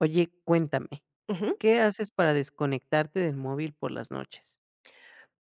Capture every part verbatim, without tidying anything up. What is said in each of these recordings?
Oye, cuéntame, Ujú. ¿qué haces para desconectarte del móvil por las noches?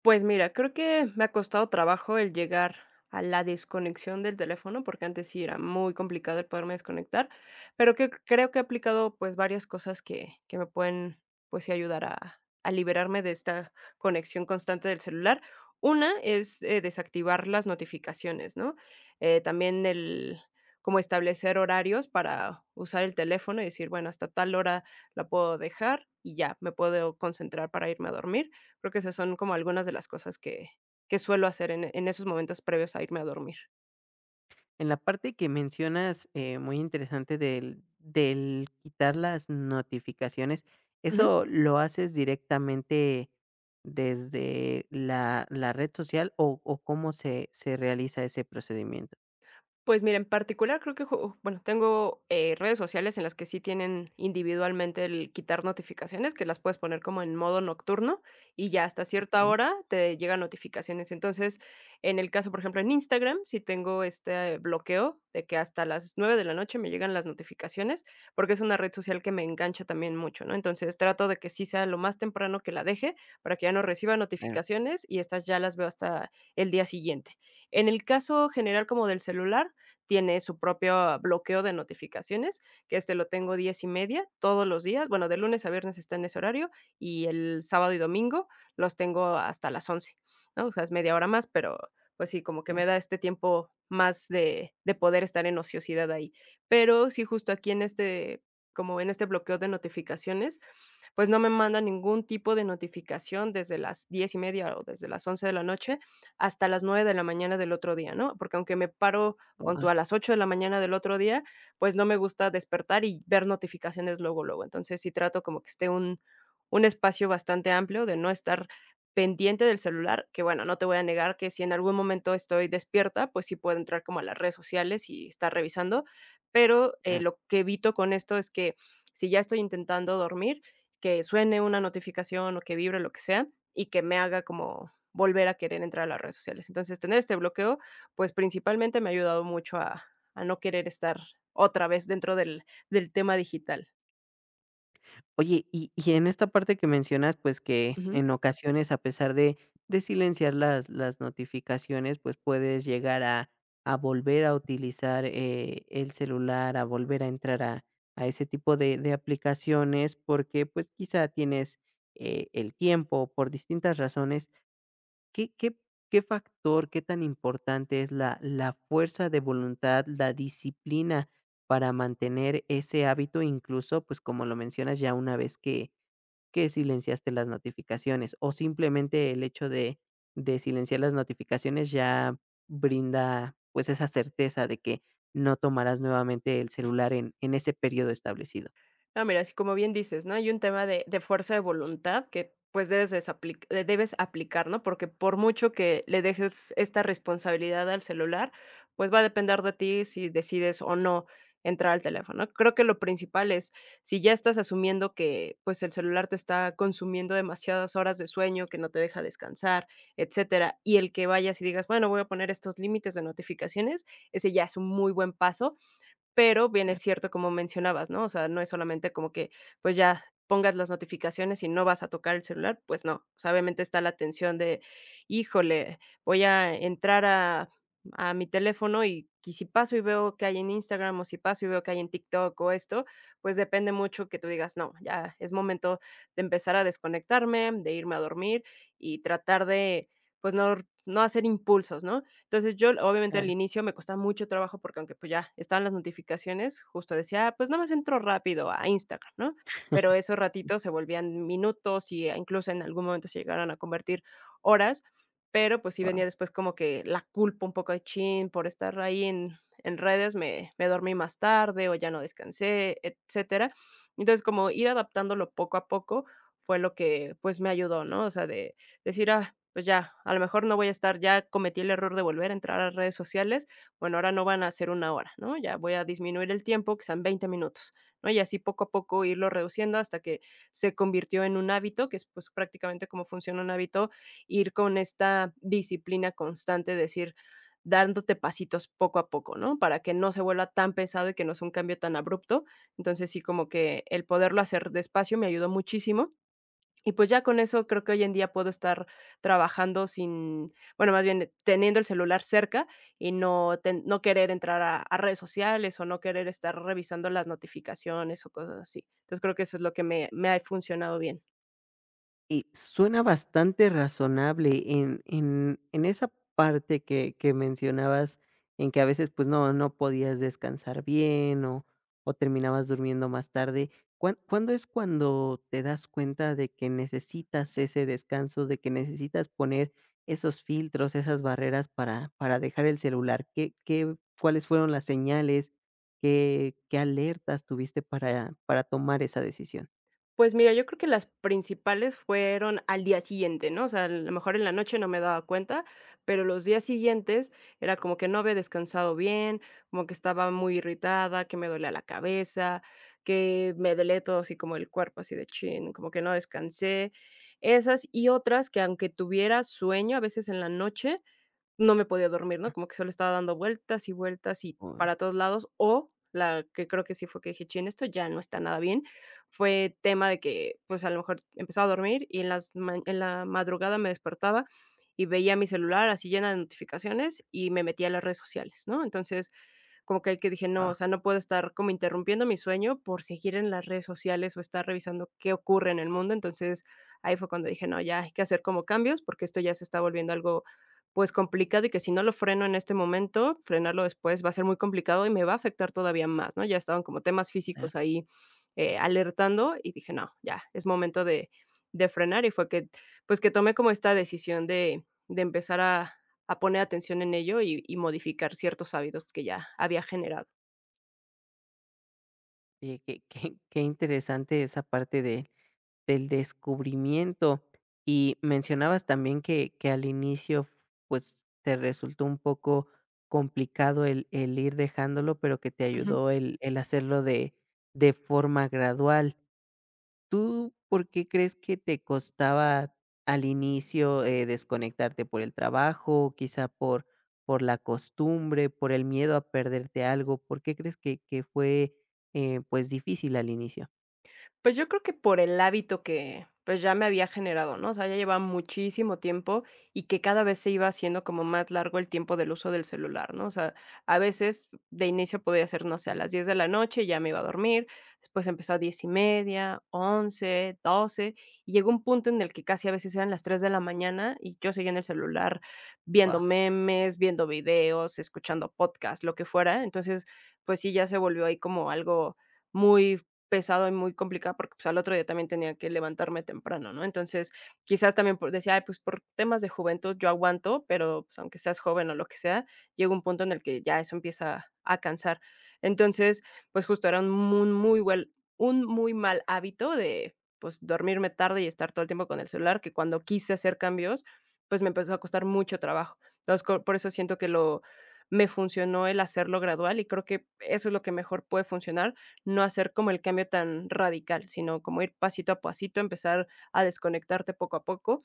Pues mira, creo que me ha costado trabajo el llegar a la desconexión del teléfono, porque antes sí era muy complicado el poderme desconectar, pero que creo que he aplicado pues varias cosas que, que me pueden pues sí ayudar a, a liberarme de esta conexión constante del celular. Una es eh, desactivar las notificaciones, ¿no? Eh, también el como establecer horarios para usar el teléfono y decir, bueno, hasta tal hora la puedo dejar y ya me puedo concentrar para irme a dormir. Creo que esas son como algunas de las cosas que que suelo hacer en en esos momentos previos a irme a dormir. En la parte que mencionas, eh, muy interesante del, del quitar las notificaciones, Ujú. ¿eso lo haces directamente desde la, la red social o, o cómo se, se realiza ese procedimiento? Pues mira, en particular creo que ju bueno, tengo, eh, redes sociales en las que sí tienen individualmente el quitar notificaciones, que las puedes poner como en modo nocturno, y ya hasta cierta Ok, hora te llegan notificaciones. Entonces, en el caso, por ejemplo, en Instagram, sí tengo este bloqueo de que hasta las nueve de la noche me llegan las notificaciones, porque es una red social que me engancha también mucho, ¿no? Entonces, trato de que sí sea lo más temprano que la deje para que ya no reciba claro, notificaciones y estas ya las veo hasta el día siguiente. En el caso general como del celular, tiene su propio bloqueo de notificaciones, que este lo tengo diez y media todos los días. Bueno, de lunes a viernes está en ese horario y el sábado y domingo los tengo hasta las once ¿no? O sea, es media hora más, pero, pues sí, como que claro, me da este tiempo más de de poder estar en ociosidad ahí. Pero sí, justo aquí en este como en este bloqueo de notificaciones, pues no me manda ningún tipo de notificación desde las diez y media o desde las once de la noche hasta las nueve de la mañana del otro día, ¿no? Porque aunque me paro pon todo, tú a las ocho de la mañana del otro día, pues no me gusta despertar y ver notificaciones luego, luego. Entonces sí trato como que esté un, un espacio bastante amplio de no estar pendiente del celular, que bueno, no te voy a negar que si en algún momento estoy despierta, pues sí puedo entrar como a las redes sociales y estar revisando, pero eh, claro. lo que evito con esto es que si ya estoy intentando dormir, que suene una notificación o que vibre lo que sea y que me haga como volver a querer entrar a las redes sociales. Entonces, tener este bloqueo pues, principalmente me ha ayudado mucho a a no querer estar otra vez dentro del del tema digital. Oye, y y en esta parte que mencionas, pues, que en ocasiones, a pesar de de silenciar las las notificaciones, pues, puedes llegar a a volver a utilizar, eh, el celular, a volver a entrar a a ese tipo de de aplicaciones, porque, pues, quizá tienes, eh, el tiempo por distintas razones. ¿Qué qué qué factor, qué tan importante es la la fuerza de voluntad, la disciplina para mantener ese hábito? Incluso, pues, como lo mencionas, ya una vez que que silenciaste las notificaciones, o simplemente el hecho de de silenciar las notificaciones ya brinda, pues, esa certeza de que no tomarás nuevamente el celular en en ese periodo establecido. No, mira, así como bien dices, ¿no? Hay un tema de, de fuerza de voluntad que pues debes, desapli- eh, debes aplicar, ¿no? Porque por mucho que le dejes esta responsabilidad al celular, pues va a depender de ti si decides o no entrar al teléfono. ¿no? Creo que lo principal es, si ya estás asumiendo que pues el celular te está consumiendo demasiadas horas de sueño, que no te deja descansar, etcétera, y el que vayas y digas, bueno, voy a poner estos límites de notificaciones, ese ya es un muy buen paso pero bien es cierto, como mencionabas, ¿no? O sea, no es solamente como que, pues, ya pongas las notificaciones y no vas a tocar el celular, pues no. O sea, obviamente está la tensión de: "Híjole, voy a entrar a a mi teléfono y y si paso y veo que hay en Instagram, o si paso y veo que hay en TikTok o esto", pues depende mucho que tú digas: "No, ya es momento de empezar a desconectarme, de irme a dormir y tratar de, pues, no no hacer impulsos", ¿no? Entonces, yo obviamente Ah. al inicio me costaba mucho trabajo porque aunque, pues, ya estaban las notificaciones, justo decía: "Ah, pues, nada más entro rápido a Instagram", ¿no? Pero esos ratitos se volvían minutos y, eh, incluso en algún momento se llegaron a convertir horas, pero, pues, sí Guau. venía después como que la culpa un poco de: "Chin, por estar ahí en en redes me me dormí más tarde o ya no descansé", etcétera. Entonces, como ir adaptándolo poco a poco fue lo que, pues, me ayudó, ¿no? O sea, de decir, ah, pues ya, a lo mejor no voy a estar, ya cometí el error de volver a entrar a redes sociales, bueno, ahora no van a ser una hora, ¿no? Ya voy a disminuir el tiempo, que sean veinte minutos, ¿no? Y así poco a poco irlo reduciendo hasta que se convirtió en un hábito, que es pues prácticamente como funciona un hábito, ir con esta disciplina constante, decir, dándote pasitos poco a poco, ¿no? Para que no se vuelva tan pesado y que no sea un cambio tan abrupto. Entonces sí, como que el poderlo hacer despacio me ayudó muchísimo y pues ya con eso creo que hoy en día puedo estar trabajando sin, bueno, más bien teniendo el celular cerca y no, ten- no querer entrar a, a redes sociales o no querer estar revisando las notificaciones o cosas así. Entonces creo que eso es lo que me, me ha funcionado bien. Y suena bastante razonable en en en esa parte que que mencionabas, en que a veces, pues, no no podías descansar bien o o terminabas durmiendo más tarde, ¿cuán cuándo es cuando te das cuenta de que necesitas ese descanso, de que necesitas poner esos filtros, esas barreras para para dejar el celular? ¿Qué qué cuáles fueron las señales? ¿Qué qué alertas tuviste para para tomar esa decisión? Pues mira, yo creo que las principales fueron al día siguiente, ¿no? O sea, a lo mejor en la noche no me daba cuenta, pero los días siguientes era como que no había descansado bien, como que estaba muy irritada, que me dolía la cabeza, que me dolía todo así como el cuerpo, así de chin, como que no descansé. Esas y otras que aunque tuviera sueño a veces en la noche, no me podía dormir, ¿no? Como que solo estaba dando vueltas y vueltas y Uy. para todos lados, o la que creo que sí fue que dije: "Chin, esto ya no está nada bien", fue tema de que, pues, a lo mejor empezaba a dormir y en las ma en la madrugada me despertaba y veía mi celular así llena de notificaciones y me metía a las redes sociales, ¿no? Entonces, como que ahí que dije: "No, o Ah. sea, no puedo estar como interrumpiendo mi sueño por seguir en las redes sociales o estar revisando qué ocurre en el mundo". Entonces, ahí fue cuando dije: "No, ya hay que hacer como cambios, porque esto ya se está volviendo algo, pues, complicado y que si no lo freno en este momento, frenarlo después va a ser muy complicado y me va a afectar todavía más", ¿no? Ya estaban como temas Claro. físicos ahí, eh, alertando y dije: "No, ya es momento de de frenar", y fue que, pues, que tomé como esta decisión de de empezar a a poner atención en ello y y modificar ciertos hábitos que ya había generado. Oye, qué qué qué interesante esa parte de del descubrimiento. Y mencionabas también que que al inicio, pues, te resultó un poco complicado el el ir dejándolo, pero que te ayudó el el hacerlo de de forma gradual. ¿Tú por qué crees que te costaba al inicio, eh, desconectarte? ¿Por el trabajo, quizá por por la costumbre, por el miedo a perderte algo? ¿Por qué crees que que fue, eh, pues, difícil al inicio? Pues, yo creo que por el hábito que, pues, ya me había generado, ¿no? O sea, ya llevaba muchísimo tiempo y que cada vez se iba haciendo como más largo el tiempo del uso del celular, ¿no? O sea, a veces de inicio podía ser, no sé, a las diez de la noche, ya me iba a dormir, después empezó a diez y media, once, doce y llegó un punto en el que casi a veces eran las tres de la mañana y yo seguía en el celular viendo Wow. memes, viendo videos, escuchando podcasts, lo que fuera. Entonces, pues sí, ya se volvió ahí como algo muy pesado y muy complicado porque, pues, al otro día también tenía que levantarme temprano, ¿no? Entonces, quizás también por decía: "Ay, pues, por temas de juventud yo aguanto, pero, pues, aunque seas joven o lo que sea, llega un punto en el que ya eso empieza a cansar". Entonces, pues, justo era un mu muy buen un muy mal hábito de, pues, dormirme tarde y estar todo el tiempo con el celular, que cuando quise hacer cambios, pues, me empezó a costar mucho trabajo. Entonces, co por eso siento que lo me funcionó el hacerlo gradual y creo que eso es lo que mejor puede funcionar no hacer como el cambio tan radical, sino como ir pasito a pasito, empezar a desconectarte poco a poco.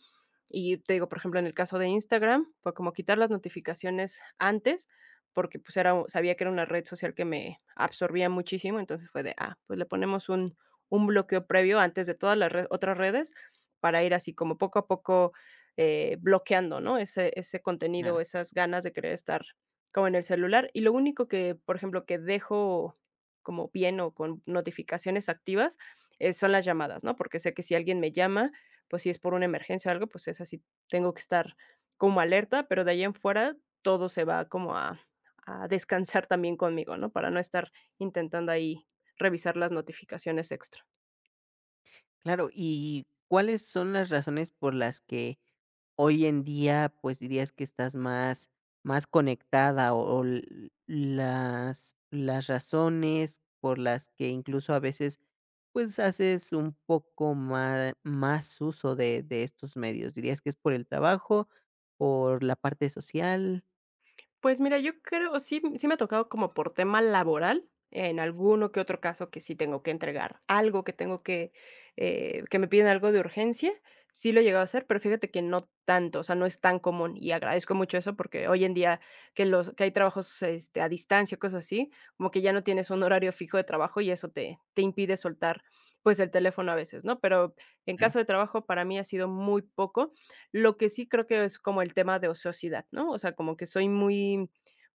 Y te digo, por ejemplo, en el caso de Instagram, fue como quitar las notificaciones antes, porque pues era, sabía que era una red social que me absorbía muchísimo, entonces fue de, ah, pues le ponemos un, un bloqueo previo antes de todas las re- otras redes para ir así como poco a poco eh, bloqueando, ¿no? Ese, ese contenido, esas ganas de querer estar como en el celular. Y lo único que, por ejemplo, que dejo como bien o con notificaciones activas, eh, son las llamadas, ¿no? Porque sé que si alguien me llama, pues si es por una emergencia o algo, pues es así, tengo que estar como alerta, pero de ahí en fuera todo se va como a, a descansar también conmigo, ¿no? Para no estar intentando ahí revisar las notificaciones extra. Claro, ¿y cuáles son las razones por las que hoy en día, pues, dirías que estás más más conectada o o l las las razones por las que incluso a veces, pues, haces un poco más más uso de de estos medios? ¿Dirías que es por el trabajo, por la parte social? Pues mira, yo creo sí sí me ha tocado como por tema laboral, en alguno que otro caso que sí tengo que entregar algo, que tengo que, eh, que me piden algo de urgencia, sí lo he llegado a hacer, pero fíjate que no tanto, o sea, no es tan común y agradezco mucho eso porque hoy en día que los que hay trabajos, este, a distancia, cosas así, como que ya no tienes un horario fijo de trabajo y eso te te impide soltar, pues, el teléfono a veces, ¿no? Pero en Claro. caso de trabajo para mí ha sido muy poco. Lo que sí creo que es como el tema de ociosidad, ¿no? O sea, como que soy muy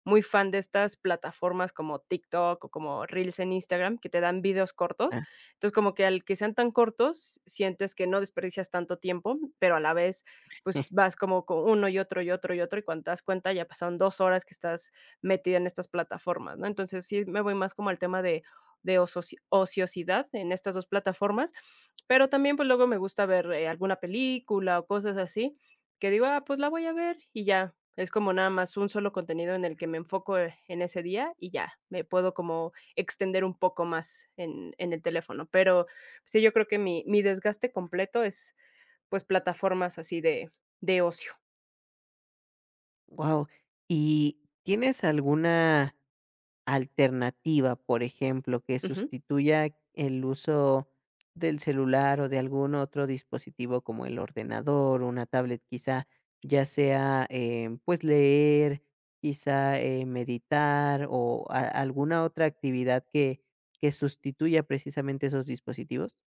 muy fan de estas plataformas como TikTok o como Reels en Instagram, que te dan videos cortos. Wow. Entonces, como que al que sean tan cortos, sientes que no desperdicias tanto tiempo, pero a la vez, pues vas como con uno y otro y otro y otro, y cuando te das cuenta ya pasaron dos horas que estás metida en estas plataformas, ¿no? Entonces, sí me voy más como al tema de de osoci ociosidad en estas dos plataformas, pero también, pues, luego me gusta ver, eh, alguna película o cosas así, que digo: "Ah, pues la voy a ver", y ya. Es como nada más un solo contenido en el que me enfoco, eh, en ese día y ya, me puedo como extender un poco más en en el teléfono. Pero sí, yo creo que mi mi desgaste completo es, pues, plataformas así de de ocio. ¿Y tienes alguna alternativa, por ejemplo, que Ujú. sustituya el uso del celular o de algún otro dispositivo como el ordenador, una tablet quizá, ya sea, em, pues, leer, quizá, eh, meditar o a alguna otra actividad que que sustituya precisamente esos dispositivos.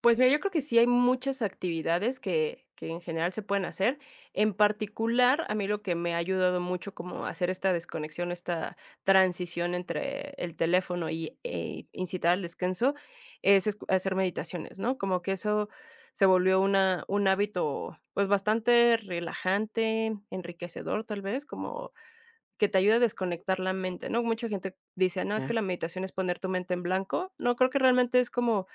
Pues mira, yo creo que sí hay muchas actividades que que en general se pueden hacer. En particular, a mí lo que me ha ayudado mucho como a hacer esta desconexión, esta transición entre el teléfono y, eh, incitar al descanso, es escu hacer meditaciones, ¿no? Como que eso se volvió una un hábito, pues, bastante relajante, enriquecedor, tal vez, como que te ayuda a desconectar la mente, ¿no? Mucha gente dice: "No, es que Ah. la meditación es poner tu mente en blanco". No, creo que realmente es como,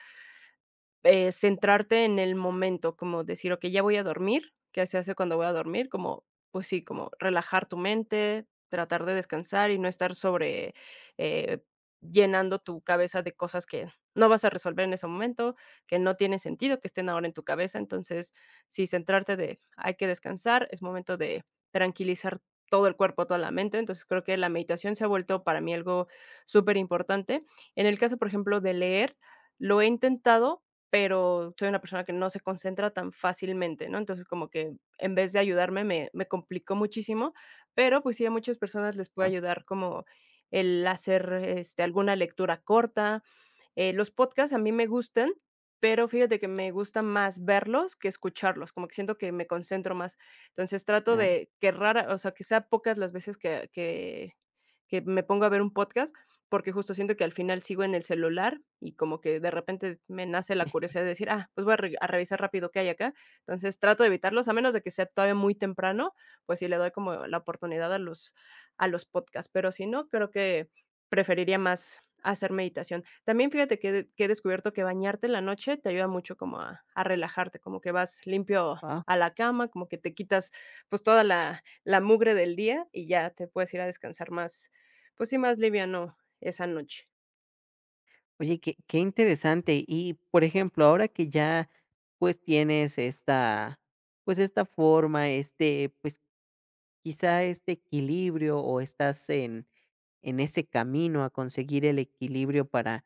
eh, centrarte en el momento, como decir: "Okey, ya voy a dormir", ¿qué se hace cuando voy a dormir? Como, pues sí, como relajar tu mente, tratar de descansar y no estar sobre, eh, llenando tu cabeza de cosas que no vas a resolver en ese momento, que no tiene sentido que estén ahora en tu cabeza. Entonces, sí, centrarte de: "Hay que descansar, es momento de tranquilizar todo el cuerpo, toda la mente". Entonces, creo que la meditación se ha vuelto para mí algo súper importante. En el caso, por ejemplo, de leer, lo he intentado, pero soy una persona que no se concentra tan fácilmente, ¿no? Entonces, como que en vez de ayudarme, me me complicó muchísimo, pero, pues sí, a muchas personas les puede Oh, ayudar como el hacer, este, alguna lectura corta. Eh, los podcasts a mí me gustan, pero fíjate que me gusta más verlos que escucharlos, como que siento que me concentro más. Entonces, trato claro. de que rara o sea, que sea pocas las veces que que que me pongo a ver un podcast, porque justo siento que al final sigo en el celular y como que de repente me nace la curiosidad de decir, ah, pues voy a, re- a revisar rápido qué hay acá. Entonces trato de evitarlos, a menos de que sea todavía muy temprano, pues sí le doy como la oportunidad a los, a los podcasts, pero si no, creo que preferiría más hacer meditación. También fíjate que, he- que he descubierto que bañarte en la noche te ayuda mucho como a, a relajarte, como que vas limpio a la cama, como que te quitas pues toda la, la mugre del día y ya te puedes ir a descansar más, pues sí, más liviano esa noche. Oye, qué qué interesante. Y, por ejemplo, ahora que ya, pues, tienes esta, pues, esta forma, este, pues, quizá este equilibrio o estás en, en ese camino a conseguir el equilibrio para,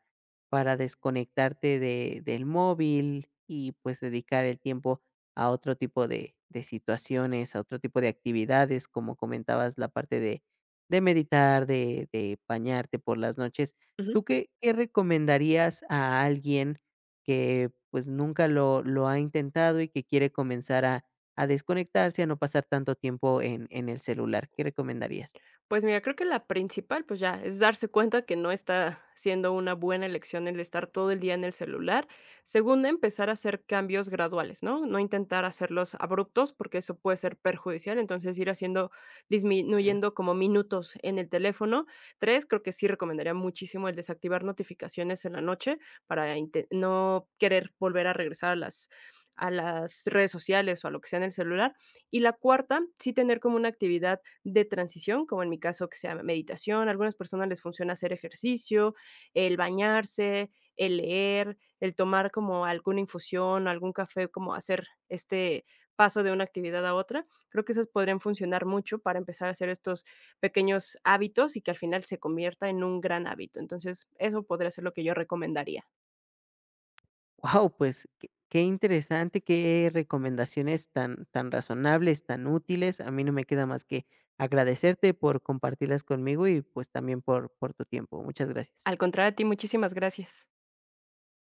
para desconectarte de, del móvil y pues dedicar el tiempo a otro tipo de, de situaciones, a otro tipo de actividades, como comentabas, la parte de, de meditar, de, de bañarte por las noches. Ujú. ¿Tú qué, qué recomendarías a alguien que pues nunca lo, lo ha intentado y que quiere comenzar a a desconectarse, a no pasar tanto tiempo en en el celular, ¿qué recomendarías? Pues mira, creo que la principal, pues ya, es darse cuenta que no está siendo una buena elección el estar todo el día en el celular. Segunda, empezar a hacer cambios graduales, ¿no? No intentar hacerlos abruptos porque eso puede ser perjudicial. Entonces, ir haciendo, disminuyendo como minutos en el teléfono. Tres, creo que sí recomendaría muchísimo el desactivar notificaciones en la noche para inte- no querer volver a regresar a las, a las redes sociales o a lo que sea en el celular. Y la cuarta, sí tener como una actividad de transición, como en mi caso que sea meditación, a algunas personas les funciona hacer ejercicio, el bañarse, el leer, el tomar como alguna infusión, algún café, como hacer este paso de una actividad a otra. Creo que esas podrían funcionar mucho para empezar a hacer estos pequeños hábitos y que al final se convierta en un gran hábito. Entonces, eso podría ser lo que yo recomendaría. Wow pues, qué qué interesante, qué recomendaciones tan tan razonables, tan útiles. A mí no me queda más que agradecerte por compartirlas conmigo y, pues, también por por tu tiempo. Muchas gracias. Al contrario a ti, muchísimas gracias.